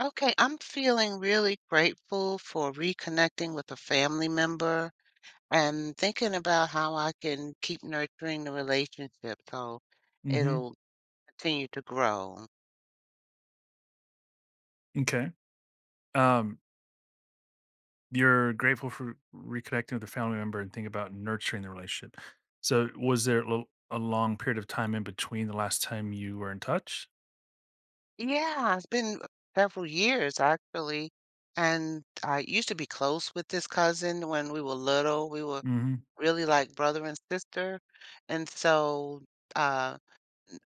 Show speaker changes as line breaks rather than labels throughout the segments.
Okay, I'm feeling really grateful for reconnecting with a family member and thinking about how I can keep nurturing the relationship so
Mhm.
it'll continue to grow.
Okay. Um, you're grateful for reconnecting with a family member and think about nurturing the relationship. So, was there a long period of time in between the last time you were in touch?
Yeah, it's been several years actually, and I used to be close with this cousin when we were little. We were
Mhm.
really like brother and sister, and so uh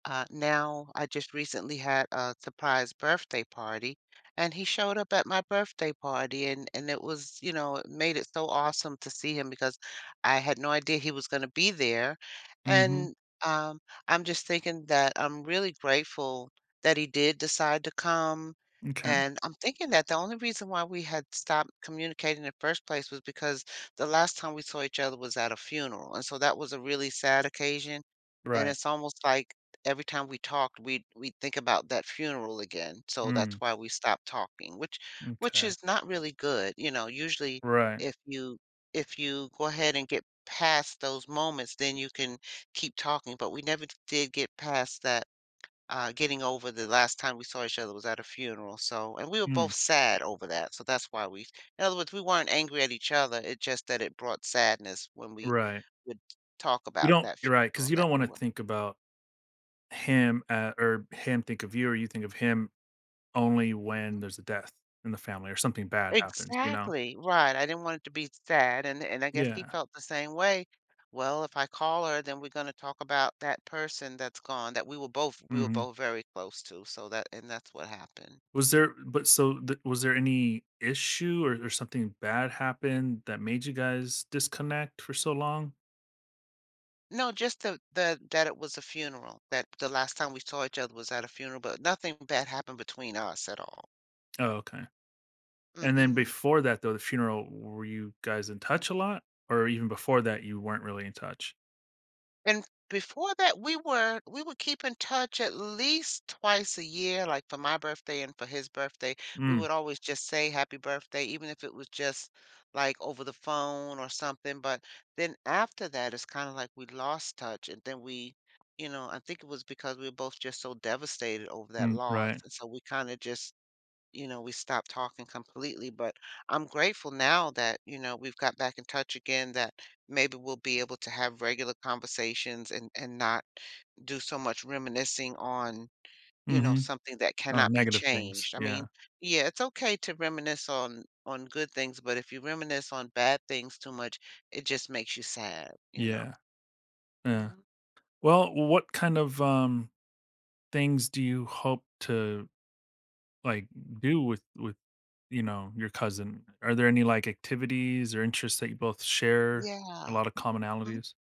now I just recently had a surprise birthday party, and he showed up at my birthday party, and it was, you know, it made it so awesome to see him because I had no idea he was going to be there,
Mhm.
and um, I'm just thinking that I'm really grateful that he did decide to come.
Okay.
And I'm thinking that the only reason why we had stopped communicating in the first place was because the last time we saw each other was at a funeral. And so that was a really sad occasion. And
Right.
it's almost like every time we talked, we think about that funeral again. So that's
Mm.
why we stopped talking, which
Okay.
is not really good. You know, usually
Right.
if you if you go ahead and get past those moments, then you can keep talking. But we never did get past that. Getting over the last time we saw each other was at a funeral. So, and we were
Mm.
both sad over that. So that's why we, in other words, we weren't angry at each other. It just that it brought sadness when we
Right.
would talk
You
about
don't
that
You're right, 'cause
funeral
you are right, because you do
that we
wanna
were.
think about him, or him think of you, or you think of him only when there's a death in the family or something bad happens,
Exactly, right, I didn't want it to be sad, and I guess he
Yeah.
felt the same way. "Well, if I call her, then we're gonna talk about that person that's gone that we were both we were
Mhm.
both very close to," so that and that's what happened.
Was there but so th Was there any issue or something bad happened that made you guys disconnect for so long?
No, just the that it was a funeral, that the last time we saw each other was at a funeral, but nothing bad happened between us at all.
Oh, okay. And then
Mhm.
before that, though, the funeral, were you guys in touch a lot? Or even before that, you weren't really in touch?
And before that, we would keep in touch at least twice a year, like for my birthday and for his birthday. We
Mm,
would always just say happy birthday, even if it was just like over the phone or something. But then after that, it's kind of like we lost touch. And then I think it was because we were both just so devastated over that
mm,
loss.
right.
And so we kind of just, you know, we stopped talking completely, but I'm grateful now that, you know, we've got back in touch again that maybe we'll be able to have regular conversations and not do so much reminiscing on, you know,
Mhm.
something that
Oh,
cannot be
negative things.
changed. I
Yeah.
mean, yeah, it's okay to reminisce on good things, but if you reminisce on bad things too much, it just makes you sad, you know.
Yeah. Yeah.
Mhm.
Well, what kind of, things do you hope to, like, do with you know, your cousin, are there any, like, activities or interests that you both share? A
Yeah.
lot of commonalities?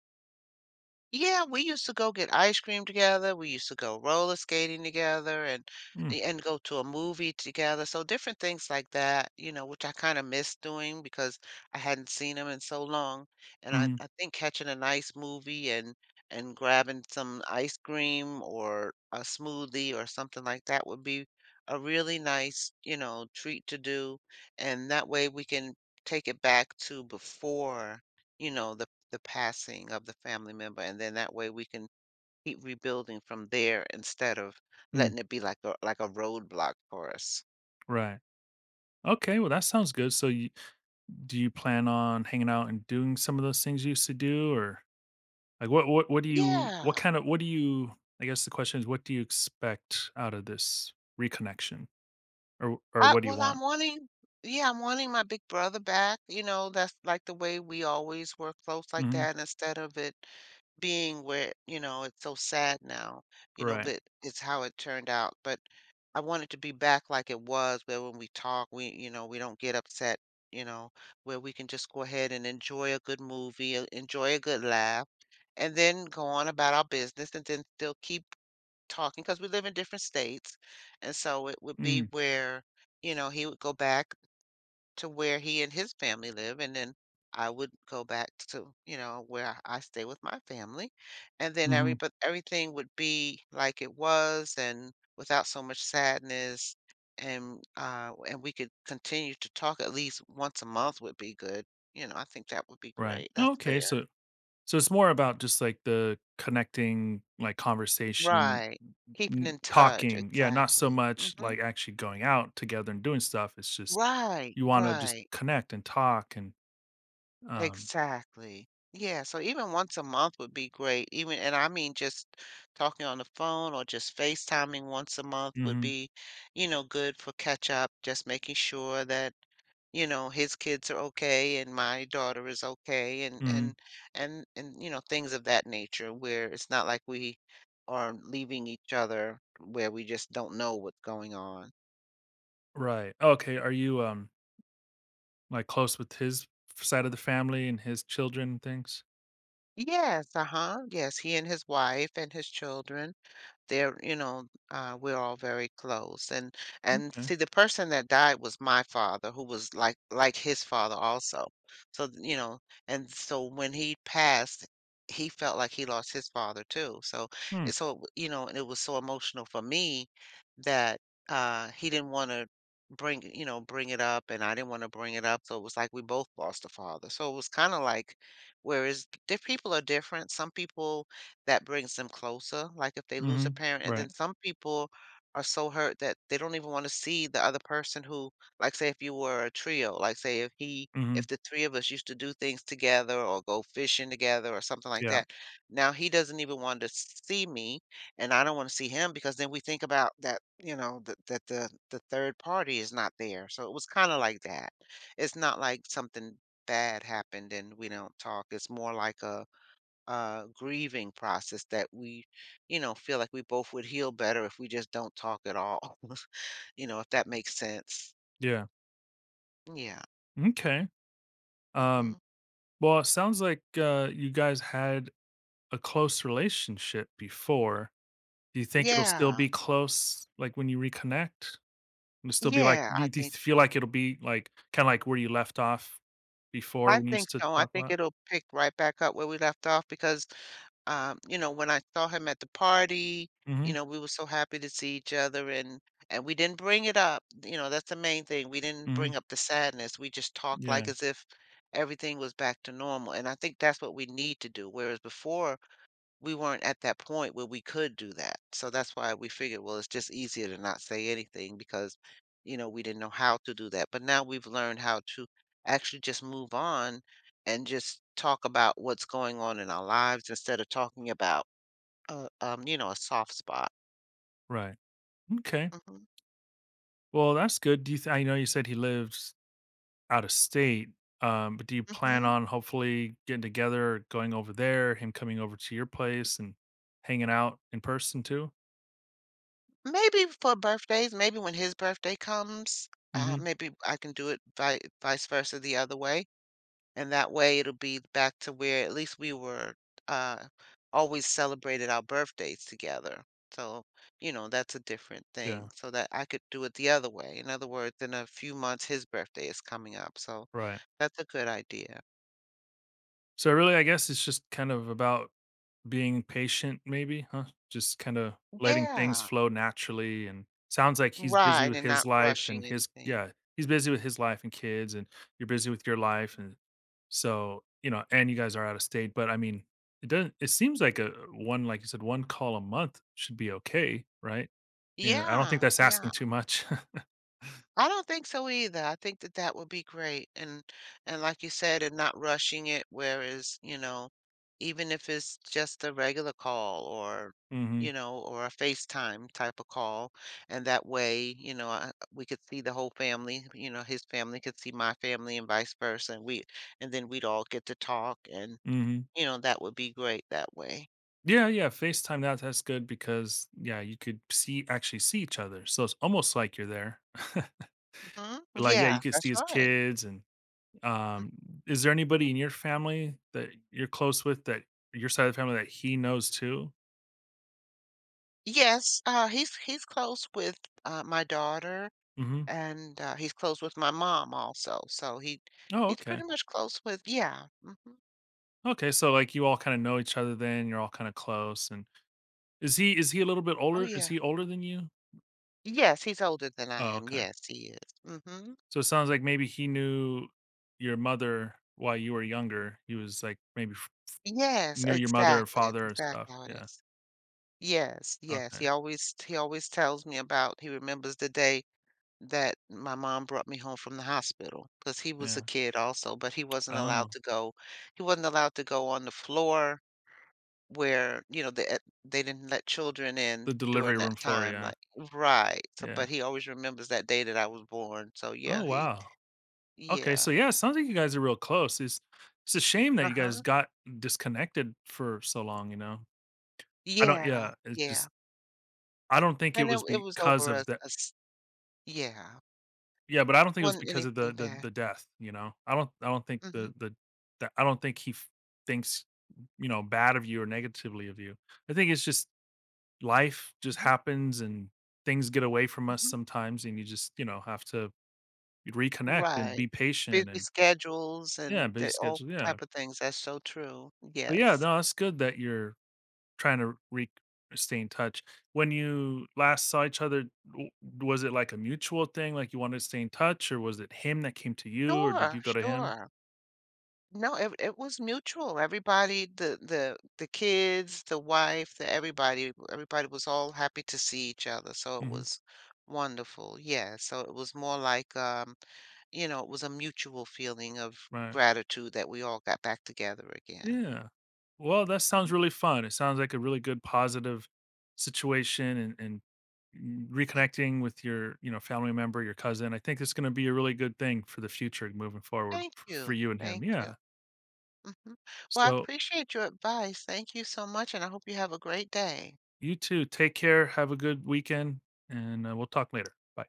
Yeah, we used to go get ice cream together. We used to go roller skating together
Mm,
and go to a movie together. So different things like that, you know, which I kind of miss doing because I hadn't seen them in so long. And I,
mm,
I think catching a nice movie and grabbing some ice cream or a smoothie or something like that would be a really nice, you know, treat to do. And that way we can take it back to before, you know, the passing of the family member, and then that way we can keep rebuilding from there instead of
mm,
letting it be like a roadblock for us.
right. Okay, well, that sounds good. So you Do you plan on hanging out and doing some of those things you used to do? Or, like, what do you
Yeah.
what kind of what do you I guess the question is, what do you expect out of this reconnection? Or
I
what do you
well, I'm
want?
wanting yeah, I'm wanting my big brother back. You know, that's like the way we always were close like
Mhm,
that instead of it being where, you know, it's so sad now, you know,
right.
but it's how it turned out. But I want it to be back like it was, where when we talk, we, you know, we don't get upset, you know, where we can just go ahead and enjoy a good movie, enjoy a good laugh, and then go on about our business and then still keep talking because we live in different states. And so it would be
Mm,
where, you know, he would go back to where he and his family live, and then I would go back to, you know, where I stay with my family. And then every
mhm,
but everything would be like it was and without so much sadness and we could continue to talk at least once a month would be good. You know, I think that would be
right.
great. That's
Okay,
fair.
so so it's more about just like the connecting, like conversation,
Right. Keeping in touch,
talking. Yeah, not
exactly.
so much
hmm
like actually going out together and doing stuff. It's just
Right,
you want to just
right.
connect and talk and um.
Exactly. Yeah, so even once a month would be great. Even and I mean just talking on the phone or just FaceTiming once a month would
Hmm.
be, you know, good for catch up, just making sure that, you know, his kids are okay and my daughter is okay and
Hmm.
and and and you know, things of that nature where it's not like we are leaving each other where we just don't know what's going on.
Right. Okay. Are you like close with his side of the family and his children and things?
Yes, uh-huh. Yes, he and his wife and his children, they're, you know, we're all very close. And
Okay.
see, the person that died was my father who was like his father also. So, you know, and so when he passed, he felt like he lost his father too. So
Hmm.
and so, you know, and it was so emotional for me that he didn't want to bring, you know, bring it up, and I didn't want to bring it up. So it was like we both lost a father. So it was kind of like, whereas diff people are different. Some people, that brings them closer, like if they lose
Hmm.
a parent, and
Right.
then some people are so hurt that they don't even want to see the other person who, like, say, if you were a trio, like, say,
Hmm.
if the three of us used to do things together or go fishing together or something like
Yeah.
that. Now he doesn't even want to see me, and I don't want to see him because then we think about that, you know, that the third party is not there. So it was kind of like that. It's not like something bad happened and we don't talk. It's more like a grieving process that we, you know, feel like we both would heal better if we just don't talk at all you know, if that makes sense.
Yeah.
Yeah.
Okay. Um.
hmm
Well, it sounds like you guys had a close relationship before. Do you think it'll still
yeah.
be close, like, when you reconnect? It'll still be like,
Yeah, I
do you
think
feel
so.
like it'll be, like, kinda like where you left off before when you used to
I
talk a
think
lot?
it'll pick right back up where we left off because you know, when I saw him at the party, you
Mhm,
know, we were so happy to see each other, and we didn't bring it up. You know, that's the main thing. We didn't bring
mhm,
up the sadness. We just talked
yeah,
like as if everything was back to normal. And I think that's what we need to do. Whereas before, we weren't at that point where we could do that. So that's why we figured, well, it's just easier to not say anything because, you know, we didn't know how to do that. But now we've learned how to actually just move on and just talk about what's going on in our lives instead of talking about, you know, a soft spot.
right. Okay.
hmm
Well, that's good. Do you th I know you said he lives out of state, but do you plan
hmm
on hopefully getting together, going over there, him coming over to your place and hanging out in person too?
Maybe for birthdays, maybe when his birthday comes,
Mhm,
maybe I can do it vice versa the other way. And that way it'll be back to where at least we were uh always celebrated our birthdays together. So, you know, that's a different
yeah,
thing. So that I could do it the other way. In other words, in a few months his birthday is coming up. So
right.
that's a good idea.
So, really, I guess it's just kind of about being patient maybe, huh? Just kinda letting things
Yeah.
flow naturally, and sounds like he's busy
Right.
with
And
his
not
life and
rushing
his,
anything.
yeah, he's busy with his life and kids, and you're busy with your life, and so, you know, and you guys are out of state, but I mean, it doesn't it seems like a one like you said, 1 call a month should be okay, right? You know, I don't think
Yeah.
that's
Yeah.
asking too much.
I don't think so either. I think that that would be great, and like you said, and not rushing it, whereas, you know, even if it's just a regular call or,
Mhm,
you know, or a FaceTime type of call, and that way, you know, we could see the whole family, you know, his family could see my family and vice versa, and then we'd all get to talk, and
mhm.
you know, that would be great that way.
Yeah, yeah, FaceTime, that's good because, yeah, you could see actually see each other, so it's almost like you're there.
hmm
Like, yeah,
Yeah,
you could see
that's
his
right.
kids and, um is there anybody in your family that you're close with that your side of the family that he knows too?
Yes, he's close with my daughter.
Mhm.
And, he's close with my mom also, so he
Oh,
he's
okay.
pretty much close with, yeah, mhm.
Okay, so, like, you all kinda know each other then, you're all kinda close, and is he a little bit
Oh,
older? Is
yeah.
he older than you?
Yes, he's older than I
Oh,
am.
okay.
Yes, he is. Mhm.
So it sounds like maybe he knew your mother while you were younger. He was, like, maybe f
Yes,
knew your mother or
exactly. That's
father or stuff.
exactly how it
Yeah.
is. Yes, yes.
Okay.
He always tells me about he remembers the day that my mom brought me home from the hospital because he was
Yeah.
a kid also, but
Oh,
he wasn't allowed to go on the floor. Where, you know, they didn't let children in
the
during
delivery room
that
floor,
time,
yeah.
like, right, so
Yeah.
but he always remembers that day that I was born, so
Oh,
yeah, he,
wow. Okay,
yeah,
so yeah, it sounds like you guys are real close. It's a shame that you guys
uh-huh.
got disconnected for so long, you know? I don't
Yeah,
Yeah, it's
yeah,
just, I don't think it
and it
was
it was
because
over
of the,
yeah,
yeah, but I don't think it was
wasn't
because of the
anything bad.
death, you know? I don't think
Mm.
the that I don't think he thinks, you know, bad of you or negatively of you. I think it's just life just
Mhm,
happens and things get away from
mhm,
us
mhm.
sometimes and you just, you know, have to reconnect and
Right.
be patient
Busy
and
schedules and
yeah, busy
the all
schedule. Yeah.
type of things, that's so true,
But yeah,
yes.
no, it's good that you're trying to re stay in touch. When you last saw each other, w was it like a mutual thing, like you wanted to stay in touch, or was it him that came to you, or did
Sure,
you go to him?
sure. No, it was mutual. Everybody, the kids, the wife, the everybody, everybody was all happy to see each other. So it
Mhm,
was wonderful. Yeah. So it was more like you know, it was a mutual feeling of
right.
gratitude that we all got back together again.
Yeah. Well, that sounds
Mhm.
really fun. It sounds like a really good positive situation, and m
Mm.
reconnecting with your, you know, family member, your cousin. I think it's gonna be a really good thing for the future moving forward
Thank
f for
you.
you and him.
Thank you.
Yeah.
hmm Well, I
So,
appreciate your advice. Thank you so much, and I hope you have a great day.
you too. Take care, have a good weekend, and, we'll talk later. Bye.